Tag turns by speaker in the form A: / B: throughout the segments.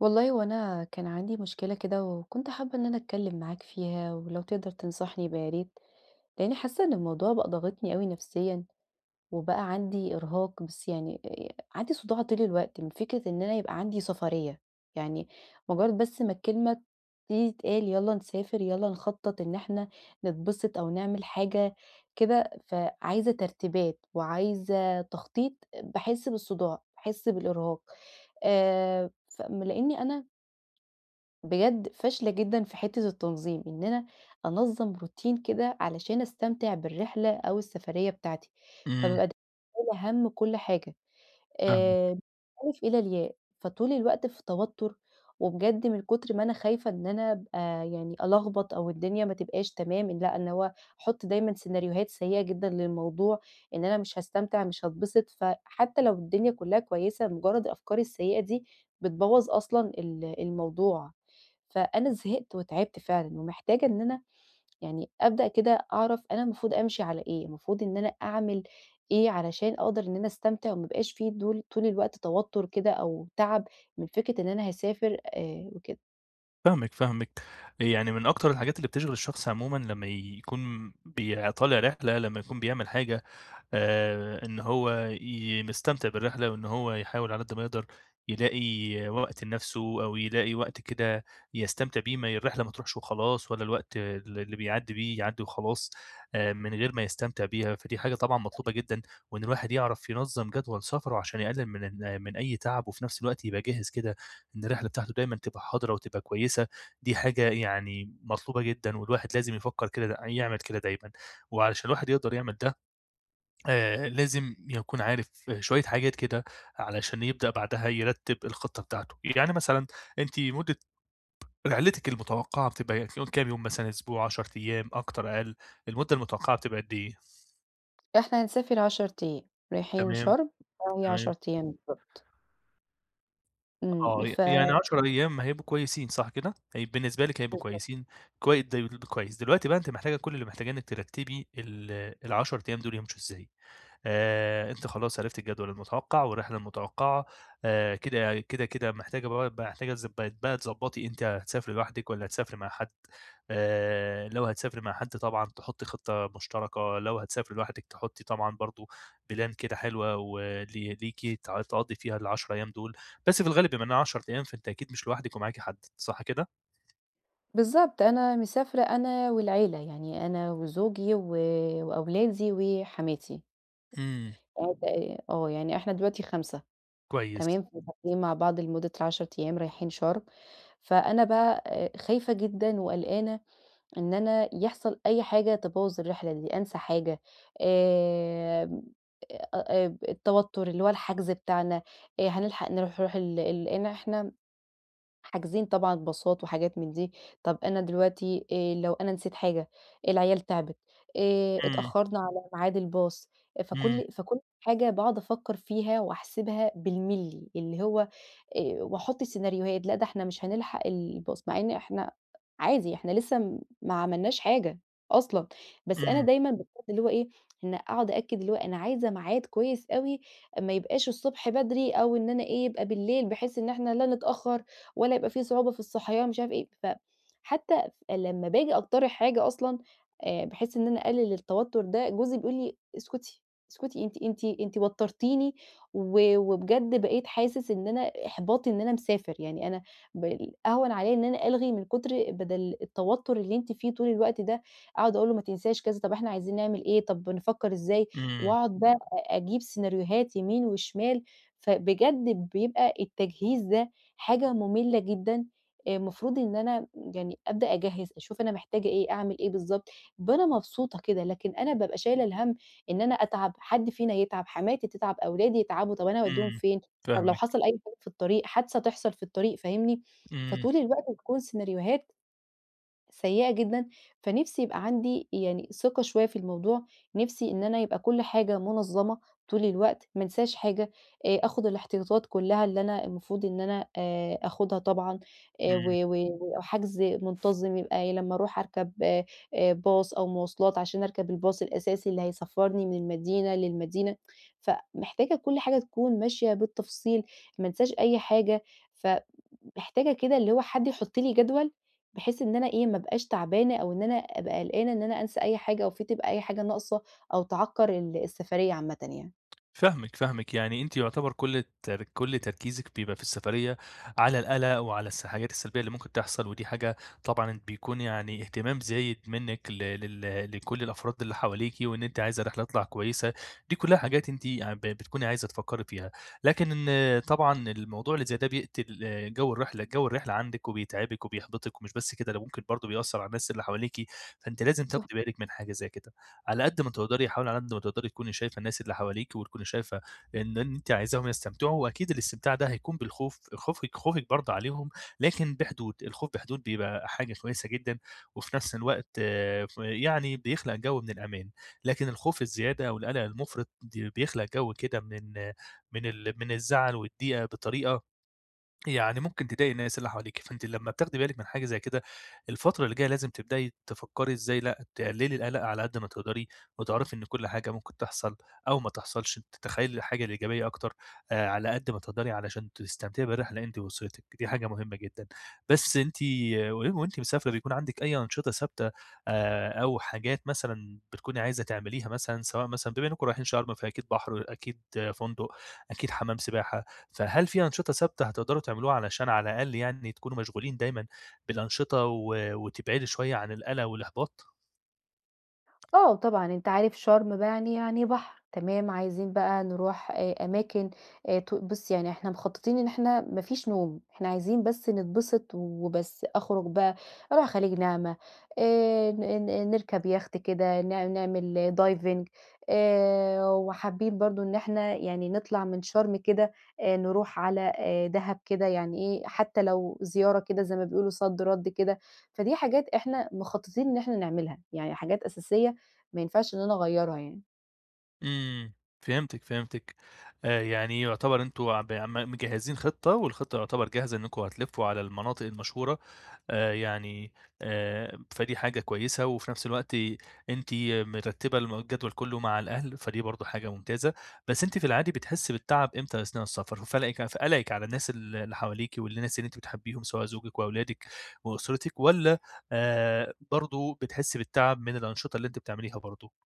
A: والله هو أنا كان عندي مشكلة كده وكنت حابة إن أنا أتكلم معاك فيها ولو تقدر تنصحني يبقى يا ريت، لإني حاسة إن الموضوع بقى ضاغطني أوي نفسيًا وبقى عندي إرهاق بس يعني عندي صداع طول الوقت من فكرة إن أنا يبقى عندي سفرية، يعني مجرد بس ما الكلمة دي تتقال يالّا نسافر، يالّا نخطط إن إحنا نتبسط أو نعمل حاجة كده، فعايزة ترتيبات وعايزة تخطيط باحس بالصداع، باحس بالإرهاق آآ ف م لإني أنا بجد فاشلة جدًا في حتّة التنظيم، إن أنا أنظّم روتين كده علشان أستمتع بالرحلة أو السفرية بتاعتي،
B: إمم،
A: فبابقى دايمًا شايلة هَم كل حاجة
B: فاهمِك،
A: من الألف إلى الياء، فطول الوقت في توتر، وبجد من كتر ما أنا خايفة إن أنا أبقى يعني ألخبط أو الدنيا ما تبقاش تمام، ان لأ إن هو أحط دايمًا سيناريوهات سيئة جدًا للموضوع، إن أنا مش هاستمتع مش هاتبسط، فحتى لو الدنيا كلّها كويسة مجرد الأفكار السيئة دي بتبوّظ أصلًا الموضوع. فأنا زهقت وتعبت فعلًا، ومحتاجة إن أنا يعني أبدأ كده أعرف أنا المفروض أمشي على إيه، المفروض إن أنا أعمل إيه علشان أقدر إن أنا أستمتع وما يبقاش في دول طول الوقت توتر كده أو تعب من فكرة إن أنا هاسافر وكده.
B: فاهمِك، فاهمِك. يعني من أكتر الحاجات اللي بتشغِل الشخص عمومًا لمّا يكون طالع رحلة، لمّا يكون بيعمل حاجة، إن هو مستمتع بالرحلة وإن هو يحاول على قد ما يقدر يلاقي وقت لنَفْسه أو يلاقي وقت كده يستمتع بيه، ما الرحلة ما تروحش وخلاص ولا الوقت اللي بيعدّي بيه يعدّي وخلاص، من غير ما يستمتع بيها. فدي حاجة طبعًا مطلوبة جدًا وإن الواحد يعرف ينظّم جدول سفره عشان يقلِّل من أي تعب وفي نَفْس الوقت يبقى جاهز كده إن الرحلة بتاعته دايمًا تبقى حاضرة وتبقى كويسة. دي حاجة يعني مطلوبة جدًا، والواحد لازم يفكّر كده يعمل كده دايمًا. وعلشان الواحد يقدر يعمل ده، لازم يكون عارف شوية حاجات كده علشان يبدأ بعدها يرتّب الخطة بتاعته. يعني مثلًا أنتِ مدة رحلتِك المتوقعة بتبقى كام يوم مثلًا، أسبوع، 10 أيام، أكتر، أقل، المدة المتوقعة بتبقى قد إيه؟
A: إحنا هنسافر 10 أيام، رايحين
B: تمام،
A: شرم فهي
B: تمام.
A: 10 أيام بالضبط. إمم،
B: آه،
A: ف
B: يعني 10 أيام هيبقوا كويسين صح كده؟ هي بالنسبة لِك هيبقوا كويسين، كويس. دلوقتي بقى أنتِ محتاجة كل اللي محتاجاه إنِّك ترتّبي ال10 أيام دول يمشوا إزاي. أنتِ خلاص عرفتِ الجدول المتوقّع والرحلة المتوقّعة. كده محتاجة بقى محتاجة تز بقت بقى تضبّطي أنتِ هتسافري لوحدِك والّا هتسافري مع حد. لو هتسافري مع حد طبعًا تحطّي خطة مشتركة، لو هتسافري لوحدِك تحطّي طبعًا برضه بلان كده حلوة ليكِ تقضّي فيها ال10 أيام دول. بس في الغالب بما إنها 10 أيام فأنتِ أكيد مش لوحدِك ومعاكِ حد، صح كده؟
A: بالضبط، أنا مسافرة أنا والعيلة، يعني أنا وزوجي وأولادي وحماتي.
B: إمم.
A: يعني إحنا دلوقتي 5.
B: كويس.
A: تمام، مسافرين مع بعض لمدة 10 أيام رايحين شرم، فأنا بقى خايفة جدًا وقلقانة إن أنا يحصل أي حاجة تبوّظ الرحلة دي، أنسى حاجة آمم، التوتر اللي هو الحجز بتاعنا، هنلحق نروح ال ال لإن إحنا حاجزين طبعًا باصات وحاجات من دي، طب أنا دلوقتي لو أنا نسيت حاجة، العيال تعبت،
B: إمم،
A: اتأخرنا على ميعاد الباص، إيه
B: إمم،
A: فكل حاجة باقعد أفكّر فيها وأحسبها بالملي، اللي هو وأحط سيناريوهات، لأ ده إحنا مش هنلحق الباص، مع إن إحنا عادي إحنا لسه ما عملناش حاجة أصلًا، بس أنا
B: إمم،
A: دايمًا باحط اللي هو إيه، إن أقعد أأكد اللي هو أنا عايزة ميعاد كويس أوي، ما يبقاش الصبح بدري أو إن أنا إيه، يبقى بالليل بحيث إن إحنا لا نتأخر ولا يبقى في صعوبة في الصحيان مش عارف إيه، فحتى لمّا باجي أقترح حاجة أصلًا بحيث إن أنا أقلل التوتر ده، جوزي بيقول لي: "اسكتي، اسكتي أنتِ وترتيني وبجد بقيت حاسس إن أنا إحباطي إن أنا مسافر، يعني أنا أهون عليَّ إن أنا ألغي من كتر بدل التوتر اللي أنتِ فيه طول الوقت ده." أقعد أقول له: "ما تنساش كذا، طب إحنا عايزين نعمل إيه، طب نفكر إزاي؟"
B: إمم،
A: وأقعد بقى أجيب سيناريوهات يمين وشمال، فبجد بيبقى التجهيز ده حاجة مملة جدًا، المفروض إن أنا يعني أبدأ أجهّز، أشوف أنا محتاجة إيه، أعمل إيه بالضبط، بابقى أنا مبسوطة كده، لكن أنا بابقى شايلة الهَم إن أنا أتعب، حد فينا يتعب، حماتي تتعب، أولادي يتعبوا، طَب أنا أودّيهم
B: إمم،
A: فين، طَب لو
B: فاهمِك.
A: حصل أي حاجة في الطريق، حادثة تحصل في الطريق، فاهمني؟
B: إمم،
A: فطول الوقت بتكون سيناريوهات سيئة جدًا، فنِفْسي يبقى عندي يعني ثقة شوية في الموضوع، نِفْسي إن أنا يبقى كل حاجة منظَّمة طول الوقت، ما انساش حاجة، آخُد الاحتياطات كلّها اللي أنا المفروض إن أنا آخُدها طبعًا، و
B: إمم.
A: و إمم. وحجز منتظم يبقى إيه، لمّا أروح أركب باص أو مواصلات عشان أركب الباص الأساسي اللي هيسفّرني من المدينة للمدينة، فمحتاجة كل حاجة تكون ماشية بالتفصيل، ما انساش أي حاجة، ف محتاجة كده اللي هو حد يحط لي جدول، بحيث إن أنا إيه، ما ابقاش تعبانة أو إن أنا أبقى قلقانة إن أنا أنسى أي حاجة أو في تبقى أي حاجة ناقصة أو تعكّر السفرية عامةً يعني.
B: فاهمِك، فاهمِك، يعني أنتِ يُعتبر كل تركيزِك بيبقى في السفرية على القلق وعلى الحاجات السلبية اللي ممكن تحصل، ودي حاجة طبعًا بيكون يعني اهتمام زايد منِّك ل لل لكل الأفراد اللي حواليكِ، وإن أنتِ عايزة الرحلة تطلع كويسة. دي كلها حاجات أنتِ ع ب بتكوني عايزة تفكّري فيها. لكن طبعًا الموضوع اللي زي ده بيقتل، جو الرحلة عندِك وبيتعبِك وبيحبطِك، ومش بس كده ده ممكن برضه بيأثّر على الناس اللي حواليكِ. فأنتِ لازم تاخدي بالِك من حاجة زي كده. على قد ما تقدري حاولي على قد ما تقدري تكوني شايفة الناس اللي حواليكِ وتكوني شايفة إن أنتِ عايزاهم يستمتعوا. وأكيد الاستمتاع ده هيكون بالخوف خوفِك خوفِك برضه عليهم لكن بحدود، الخوف بحدود بيبقى حاجة كويسة جدًا، وفي نفس الوقت يعني بيخلق جو من الأمان. لكن الخوف الزيادة أو القلق المُفرط بيخلق جو كده من الزعل والضيقة بطريقة يعني ممكن تضايقي الناس اللي حواليكِ. فأنتِ لمّا بتاخدي بالِك من حاجة زي كده، الفترة اللي جاية لازم تبدئي تفكّري إزاي لأ، تقللي القلق على قد ما تقدري، وتعرفي إن كل حاجة ممكن تحصل أو ما تحصلش، تتخيلي الحاجة الإيجابية أكتر، على قد ما تقدري علشان تستمتعي بالرحلة أنتِ وأسرتِك. دي حاجة مهمة جدًا. بس أنتِ وأنتِ مسافرة بيكون عندِك أي أنشطة ثابتة، أو حاجات مثلًا بتكوني عايزة تعمليها مثلًا، سواء مثلًا بما إنكم رايحين شرم فأكيد بحر، أكيد آه، فندق، أكيد حمام سباحة. فهل في أنشطة ثابتة هتقدروا تعملوها علشان على الأقل يعني تكونوا مشغولين دايمًا بالأنشطة وتبعدوا شوية عن القلق والإحباط؟
A: آه طبعًا، أنت عارف شرم بقى يعني بحر، تمام، عايزين بقى نروح أماكن ت بُص يعني إحنا مخططين إن إحنا ما فيش نوم، إحنا عايزين بس نتبسط وبس، أخرج بقى أروح خليج نعمة، ن ن نركب يخت كده، نعمل diving وحابين برضه إن إحنا يعني نطلع من شرم كده نروح على دهب كده، يعني إيه، حتى لو زيارة كده زي ما بيقولوا صد رد كده، فدي حاجات إحنا مخططين إن إحنا نعملها، يعني حاجات أساسية ما ينفعش إن أنا أغيّرها يعني.
B: إمم، فهمتِك، فهمتِك. يعني يعتبر أنتم ب م مجهّزين خطة والخطة يعتبر جاهزة إنكم هتلفّوا على المناطق المشهورة، آآ يعني فدي حاجة كويسة. وفي نفس الوقت أنتِ مرتّبة الجدول كلّه مع الأهل، فدي برضه حاجة ممتازة. بس أنتِ في العادي بتحسّي بالتعب إمتى أثناء السفر؟ في قلقِك على الناس اللي حواليكِ والناس اللي أنتِ بتحبيهم سواء زوجِك وأولادِك وأسرتِك والّا برضه بتحسّي بالتعب من الأنشطة اللي أنتِ بتعمليها برضه؟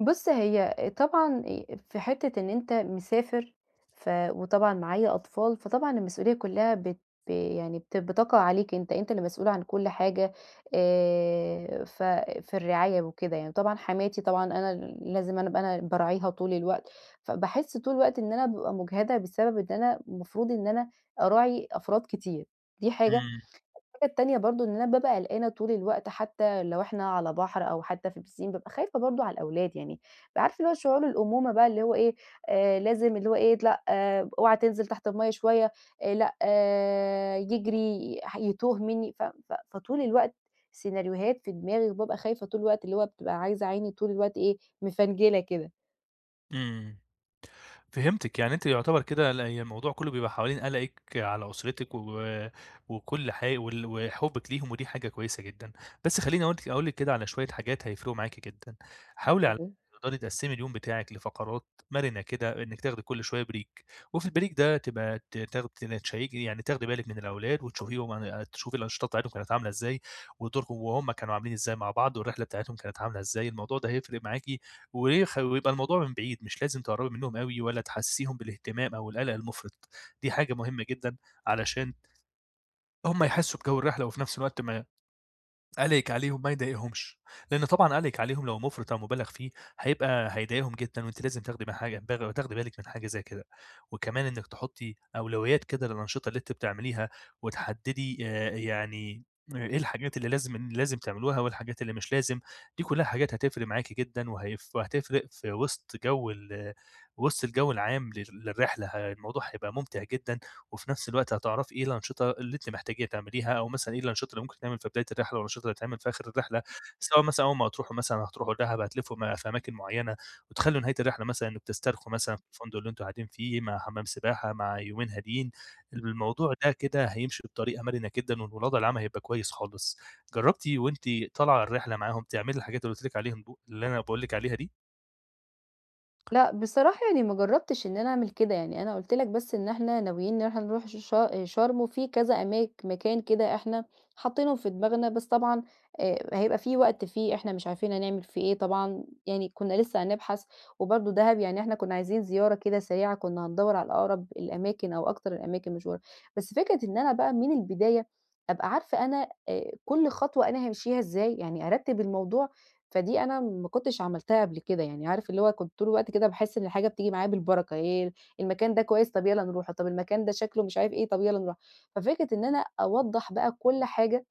A: بُص هي طبعًا في حتّة إن أنت مسافر وطبعًا معايا أطفال، فطبعًا المسؤولية كلّها بت ب- يعني بت بتقع عليك أنت، أنت اللي مسؤول عن كل حاجة ف في الرعاية وكده يعني. طبعًا حماتي طبعًا أنا لازم أنا أبقى أنا باراعيها طول الوقت، فباحس طول الوقت إن أنا بابقى مُجهدة بسبب إن أنا المفروض إن أنا أراعي أفراد كتير، دي حاجة. الحاجة التانية برضه إن أنا بابقى قلقانة طول الوقت حتى لو إحنا على بحر أو حتى في بسين، بابقى خايفة برضه على الأولاد يعني، عارفة اللي هو شعور الأمومة بقى اللي هو إيه، لازم اللي هو إيه، لأ آه اوعى تنزل تحت المَيّة شوية، لأ آه يجري، ح يتوه مني، ف ف فطول الوقت سيناريوهات في دماغي، وبابقى خايفة طول الوقت، اللي هو بتبقى عايزة عيني طول الوقت إيه، مفنجلة كده.
B: إمم. فهمتِك، يعني أنتِ يُعتبر كده ال هي الموضوع كُلّه بيبقى حوالين قلقِك على أسرتِك و وكل حا وال وحُبِّك ليهم ودي حاجة كويسة جدًا. بس خلّيني أقول لِك كده على شوية حاجات هيفرقوا معاكِ جدًا. حاولي على قد
A: يعني.
B: ما تقدري تقسّمي اليوم بتاعِك لفقرات مرنة كده، إنِّك تاخدي كل شوية بريك. وفي البريك ده تبقى ت تاخدي تشيّكي يعني تاخدي بالِك من الأولاد وتشوفيهم عن تشوفي الأنشطة بتاعتهم كانت عاملة إزاي، ودوركم وهُم كانوا عاملين إزاي مع بعض، والرحلة بتاعتهم كانت عاملة إزاي. الموضوع ده هيفرق معاكِ ويبقى الموضوع من بعيد، مش لازم تقرّبي منّهم أوي ولا تحسّسيهم بالاهتمام أو القلق المُفرط. دي حاجة مهمة جدًا علشان هم يحسّوا بجَو الرحلة وفي نفس الوقت ما عليك عليهم ما يضايقهمش. لإن طبعًا عليك عليهم لو مُفرِط أو مُبالغ فيه هيضايقهم جدًا. وأنتِ لازم تاخدي بالِك من حاجة زي كده. وكمان إنِّك تحطّي أولويات كده للأنشطة اللي أنتِ بتعمليها، وتحدّدي، يعني إيه الحاجات اللي لازم تعملوها والحاجات اللي مش لازم. دي كلّها حاجات هتفرق معاكِ جدًا وهتفرق في وسط جو ال وسط الجو العام للرحلة. الموضوع هيبقى ممتع جدًا وفي نفس الوقت هتعرفي إيه الأنشطة اللي أنتِ محتاجة تعمليها، أو مثلًا إيه الأنشطة اللي ممكن تتعمل في بداية الرحلة، والأنشطة اللي هتتعمل في آخر الرحلة، سواء مثلًا أول ما هتروحوا مثلًا هتروحوا دهب هتلفوا في أماكن معيّنة، وتخلّوا نهاية الرحلة مثلًا إنكم تسترخوا مثلًا في الفندق اللي أنتم قاعدين فيه، مع حمام سباحة، مع يومين هاديين. الموضوع ده كده هيمشي بطريقة مرنة جدًا، والوضع العام هيبقى كويس خالص. جربتِ وأنتِ طالعة الرحلة معاهم تعملي الحاجات اللي قلت لِك عليهم دو اللي أنا باقول لِك عليها دي؟
A: لأ، بصراحة يعني ما جرّبتش إن أنا أعمل كده، يعني أنا قُلت لك بس إن إحنا ناويين إن إحنا نروح ش شرم وفي كذا مكان كده إحنا حاطينهم في دماغنا، بس طبعًا هيبقى في وقت فيه إحنا مش عارفين هنعمل فيه إيه، طبعًا يعني كُنّا لسه هنبحث، وبرضه دهب يعني إحنا كُنّا عايزين زيارة كده سريعة، كُنّا هندوّر على أقرب الأماكن أو أكتر الأماكن مشهورة، بس فكرة إن أنا بقى من البداية أبقى عارفة أنا كل خطوة أنا هامشيها إزاي، يعني أرتّب الموضوع فدي أنا ما كنتش عملتها قبل كده، يعني عارف اللي هو كنت طول الوقت كده باحس إن الحاجة بتيجي معايا بالبركة، إيه المكان ده كويس طب يالّا نروحه، طب المكان ده شكله مش عارف إيه، طب يالّا نروحه. ففكرة إن أنا أوضّح بقى كل حاجة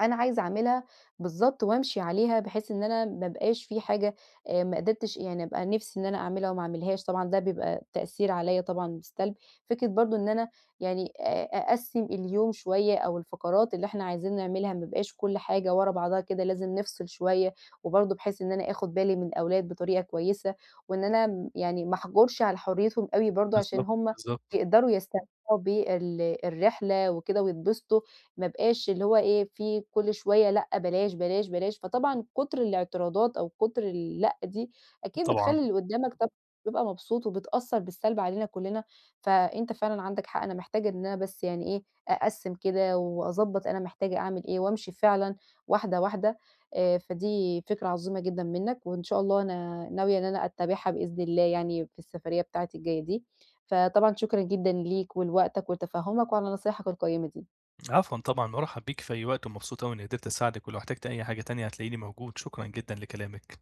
A: أنا عايزة أعملها بالضبط وأمشي عليها، بحيث إن أنا ما ابقاش في حاجة ما قدرتش يعني أبقى نِفْسي إن أنا أعملها وما أعملهاش، طبعًا ده بيبقى تأثير عليّا طبعًا بالسلب. فكرة برضه إن أنا يعني أقسِّم اليوم شوية أو الفقرات اللي إحنا عايزين نعملها، ما يبقاش كل حاجة ورا بعضها كده، لازم نفصل شوية، وبرضه بحيث إن أنا آخُد بالي من الأولاد بطريقة كويسة، وإن أنا يعني ما أحجُرش على حريتهم أوي برضه عشان
B: بالضبط،
A: هم
B: بالضبط.
A: يقدروا يستمتعوا بال الرحلة وكده ويتبسطوا، ما بقاش اللي هو إيه، في كل شوية لأ، بلاش، بلاش، بلاش، فطبعًا كتر الاعتراضات أو كتر اللأ دي أكيد
B: طبعًا.
A: بتخلّي اللي قدّامك طبعًا بيبقى مبسوط وبتأثّر بالسلب علينا كلّنا، فأنت فعلًا عندك حق، أنا محتاجة إن أنا بس يعني إيه، أقسّم كده وأضبّط أنا محتاجة أعمل إيه وأمشي فعلًا واحدة، واحدة فدي فكرة عظيمة جدًا منّك وإن شاء الله أنا ناوية إن أنا أتّبعها بإذن الله يعني في السفرية بتاعتي الجاية دي، فطبعًا شكرًا جدًا ليك ولوقتك ولتفهُّمك وعلى نصايحك القيّمة دي.
B: عفوا طبعًا، مرحب بيك في أي وقت ومبسوط أوي إني قدرت أساعدك، ولو احتجت أي حاجة تانية هتلاقيني موجود، شكرًا جدًا لكلامك.